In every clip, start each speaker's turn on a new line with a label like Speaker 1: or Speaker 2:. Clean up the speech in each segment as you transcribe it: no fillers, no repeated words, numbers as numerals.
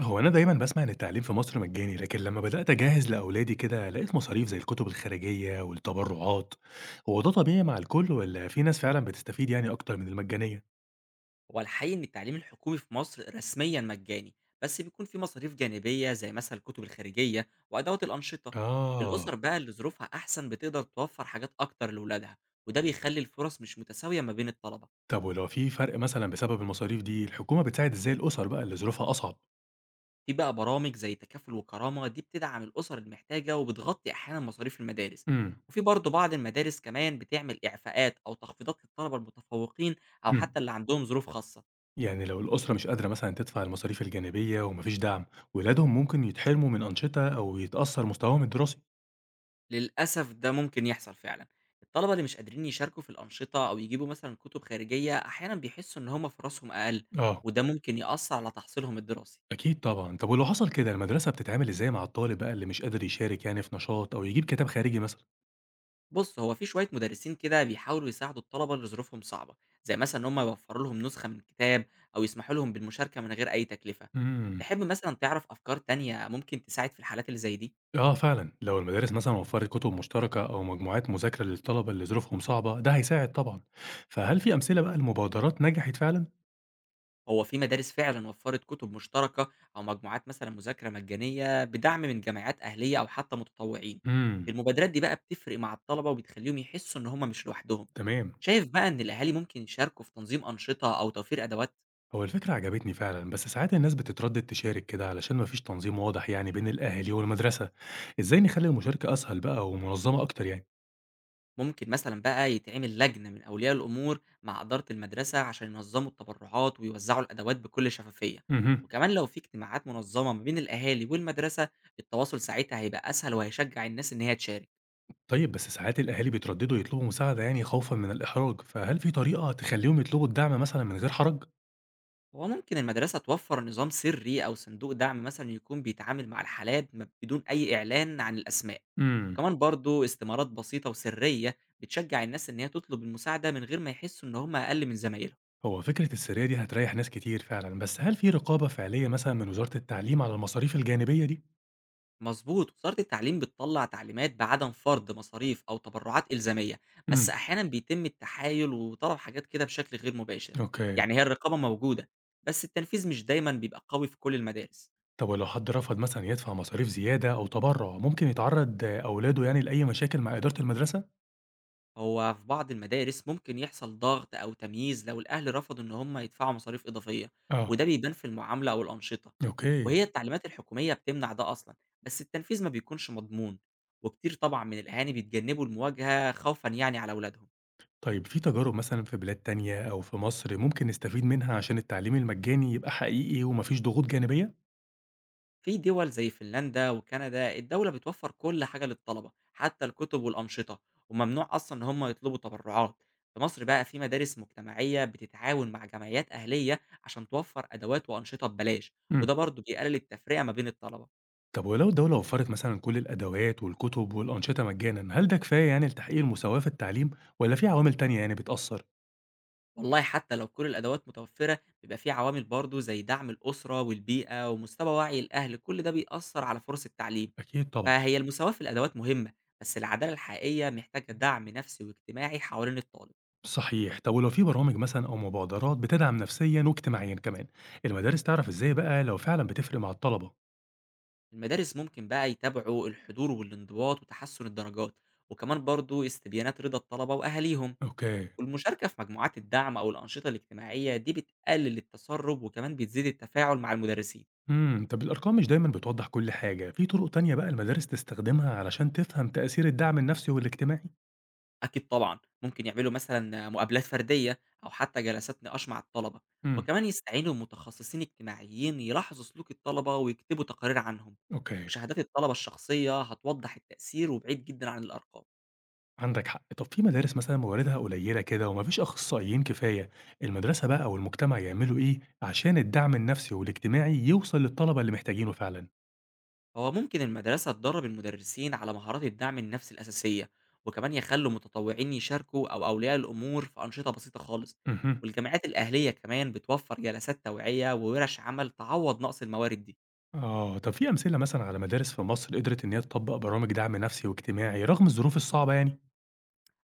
Speaker 1: هو أنا دايمًا باسمع إن التعليم في مصر مجاني، لكن لمّا بدأت أجهّز لأولادي كده لقيت مصاريف زي الكتب الخارجية والتبرعات، هو ده طبيعي مع الكل والّا في ناس فعلًا بتستفيد يعني أكتر من المجانية؟
Speaker 2: هو الحقيقي إن التعليم الحكومي في مصر رسميًا مجاني، بس بيكون في مصاريف جانبية زي مثلًا الكتب الخارجية وأدوات الأنشطة،
Speaker 1: آه.
Speaker 2: الأسر بقى اللي ظروفها أحسن بتقدر توفر حاجات أكتر لولادها، وده بيخلي الفرص مش متساوية ما بين الطلبة.
Speaker 1: طب ولو في فرق مثلًا بسبب المصاريف دي الحكومة بتساعد إزاي الأسر بقى اللي ظروفها أصعب؟
Speaker 2: في بقى برامج زي تكافل وكرامة دي بتدعم الأسر المحتاجة وبتغطي أحيانًا مصاريف المدارس،
Speaker 1: إمم،
Speaker 2: وفي برضه بعض المدارس كمان بتعمل إعفاءات أو تخفيضات للطلبة المتفوقين أو
Speaker 1: إمم،
Speaker 2: حتى اللي عندهم ظروف خاصة.
Speaker 1: يعني لو الأسرة مش قادرة مثلًا تدفع المصاريف الجانبية وما فيش دعم، ولادهم ممكن يتحرموا من أنشطة أو يتأثر مستواهم الدراسي.
Speaker 2: للأسف ده ممكن يحصل فعلًا. الطلبة اللي مش قادرين يشاركوا في الأنشطة أو يجيبوا مثلًا كتب خارجية، أحيانًا بيحسّوا إن هم فرصهم أقل،
Speaker 1: آه.
Speaker 2: وده ممكن يأثّر على تحصيلهم الدراسي.
Speaker 1: أكيد طبعًا، طب ولو حصل كده المدرسة بتتعامل إزاي مع الطالب بقى اللي مش قادر يشارك يعني في نشاط أو يجيب كتاب خارجي مثلًا؟
Speaker 2: بُص، هو في شوية مدرسين كده بيحاولوا يساعدوا الطلبة اللي ظروفهم صعبة، زي مثلًا إن هم يوفّروا لهم نسخة من كتاب أو يسمحوا لهم بالمشاركة من غير أي تكلفة.
Speaker 1: إمم،
Speaker 2: تحب مثلًا تعرف أفكار تانية ممكن تساعد في الحالات اللي زي دي؟
Speaker 1: آه فعلًا، لو المدارس مثلًا وفّرت كتب مشتركة أو مجموعات مذاكرة للطلبة اللي ظروفهم صعبة ده هيساعد طبعًا، فهل في أمثلة بقى لمبادرات نجحت فعلًا؟
Speaker 2: هو في مدارس فعلًا وفّرت كتب مشتركة أو مجموعات مثلًا مذاكرة مجانية بدعم من جامعات أهلية أو حتى متطوعين.
Speaker 1: إمم.
Speaker 2: المبادرات دي بقى بتفرق مع الطلبة وبتخلّيهم يحسّوا إن هم مش لوحدهم.
Speaker 1: تمام.
Speaker 2: شايف بقى إن الأهالي ممكن يشاركوا في تنظيم أنشطة أو توفير أدوات؟
Speaker 1: هو الفكرة عجبتني فعلًا، بس ساعات الناس بتتردد تشارك كده علشان ما فيش تنظيم واضح يعني بين الأهالي والمدرسة، إزاي نخلي المشاركة أسهل بقى ومنظمة أكتر يعني؟
Speaker 2: ممكن مثلًا بقى يتعمل لجنة من أولياء الأمور مع إدارة المدرسة عشان ينظموا التبرعات ويوزعوا الأدوات بكل شفافية،
Speaker 1: اهم.
Speaker 2: وكمان لو في اجتماعات منظمة ما بين الأهالي والمدرسة التواصل ساعتها هيبقى أسهل وهيشجع الناس إن هي تشارك.
Speaker 1: طيب بس ساعات الأهالي بيترددوا يطلبوا مساعدة يعني خوفًا من الإحراج، فهل في طريقة تخلّيهم يطلبوا الدعم مثلًا من غير حرج؟
Speaker 2: هو ممكن المدرسة توفر نظام سري أو صندوق دعم مثلا يكون بيتعامل مع الحالات بدون أي إعلان عن الأسماء.
Speaker 1: امم.
Speaker 2: وكمان برضو استمارات بسيطة وسرية بتشجع الناس إن هي تطلب المساعدة من غير ما يحسوا إن هم أقل من زمايلهم.
Speaker 1: هو فكرة السرية دي هتريح ناس كتير فعلًا، بس هل في رقابة فعلية مثلًا من وزارة التعليم على المصاريف الجانبية دي؟
Speaker 2: مظبوط، وزارة التعليم بتطلع تعليمات بعدم فرض مصاريف أو تبرعات إلزامية، بس
Speaker 1: امم.
Speaker 2: أحيانا بيتم التحايل وطلب حاجات كده بشكل غير مباشر.
Speaker 1: أوكي.
Speaker 2: يعني هي الرقابة موجودة، بس التنفيذ مش دايما بيبقى قوي في كل المدارس.
Speaker 1: طب ولو حد رفض مثلًا يدفع مصاريف زيادة أو تبرع، ممكن يتعرض أولاده يعني لأي مشاكل مع إدارة المدرسة؟
Speaker 2: هو في بعض المدارس ممكن يحصل ضغط أو تمييز لو الأهل رفضوا إن هم يدفعوا مصاريف إضافية،
Speaker 1: اه.
Speaker 2: وده بيبان في المعاملة أو الأنشطة.
Speaker 1: أوكي.
Speaker 2: وهي التعليمات الحكومية بتمنع ده أصلا، بس التنفيذ ما بيكونش مضمون، وكتير طبعا من الأهالي بيتجنبوا المواجهة خوفا يعني على أولادهم.
Speaker 1: طيب في تجارب مثلًا في بلاد تانية أو في مصر ممكن نستفيد منها عشان التعليم المجاني يبقى حقيقي وما فيش ضغوط جانبية؟
Speaker 2: في دول زي فنلندا وكندا الدولة بتوفر كل حاجة للطلبة حتى الكتب والأنشطة، وممنوع أصلا إن هم يطلبوا تبرعات. في مصر بقى في مدارس مجتمعية بتتعاون مع جمعيات أهلية عشان توفر أدوات وأنشطة ببلاش، وده
Speaker 1: امم.
Speaker 2: برضه بيقلل التفرقة ما بين الطلبة.
Speaker 1: طب ولو الدولة وفرت مثلا كل الأدوات والكتب والأنشطة مجانا هل ده كفاية يعني لتحقيق المساواة في التعليم ولا في عوامل تانية يعني بتأثر؟
Speaker 2: والله حتى لو كل الأدوات متوفرة بيبقى في عوامل برضه زي دعم الأسرة والبيئة ومستوى وعي الأهل، كل ده بيأثر على فرص التعليم.
Speaker 1: أكيد طبعا.
Speaker 2: فهي المساواة في الأدوات مهمة، بس العدالة الحقيقية محتاجة دعم نفسي واجتماعي حوالين الطالب.
Speaker 1: صحيح. طب ولو في برامج مثلا أو مبادرات بتدعم نفسيا واجتماعيا كمان المدارس تعرف إزاي بقى لو فعلا بتفرق مع الطلبة؟
Speaker 2: المدارس ممكن بقى يتابعوا الحضور والانضباط وتحسن الدرجات، وكمان برضو استبيانات رضا الطلبة وأهاليهم.
Speaker 1: أوكي.
Speaker 2: والمشاركة في مجموعات الدعم أو الأنشطة الاجتماعية دي بتقلل التسرب وكمان بتزيد التفاعل مع المدرسين.
Speaker 1: طب الأرقام مش دايما بتوضح كل حاجة في طرق تانية بقى المدارس تستخدمها علشان تفهم تأثير الدعم النفسي والاجتماعي؟
Speaker 2: أكيد طبعا، ممكن يعملوا مثلا مقابلات فردية أو حتى جلسات نقاش مع الطلبة،
Speaker 1: امم.
Speaker 2: وكمان يستعينوا بمتخصصين اجتماعيين يلاحظوا سلوك الطلبة ويكتبوا تقارير عنهم.
Speaker 1: أوكي.
Speaker 2: وشهادات الطلبة الشخصية هتوضح التأثير وبعيد جدا عن الأرقام.
Speaker 1: عندك حق. طب في مدارس مثلا مواردها قليلة كده ومفيش أخصائيين كفاية المدرسة بقى أو المجتمع يعملوا إيه عشان الدعم النفسي والاجتماعي يوصل للطلبة اللي محتاجينه فعلا؟
Speaker 2: هو ممكن المدرسة تدرب المدرسين على مهارات الدعم النفسي الأساسية، وكمان يخلوا متطوعين يشاركوا أو أولياء الأمور في أنشطة بسيطة خالص.
Speaker 1: مهم.
Speaker 2: والجامعات الأهلية كمان بتوفر جلسات توعية وورش عمل تعوض نقص الموارد دي.
Speaker 1: آه طب في أمثلة مثلا على مدارس في مصر قدرت إن هي تطبق برامج دعم نفسي واجتماعي رغم الظروف الصعبة يعني؟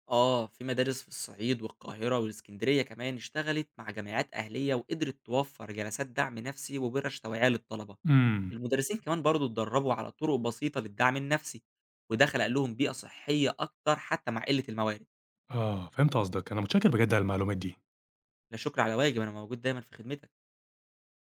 Speaker 2: آه، في مدارس في الصعيد والقاهرة والإسكندرية كمان اشتغلت مع جامعات أهلية وقدرت توفر جلسات دعم نفسي وورش توعية للطلبة.
Speaker 1: امم.
Speaker 2: المدرسين كمان برضو اتدربوا على طرق بسيطة للدعم النفسي، وده خلق لهم بيئة صحية أكتر حتى مع قلة الموارد.
Speaker 1: آه فهمت قصدك، أنا متشكر بجد على المعلومات دي.
Speaker 2: لا شكر على واجب، أنا موجود دايمًا في خدمتِك.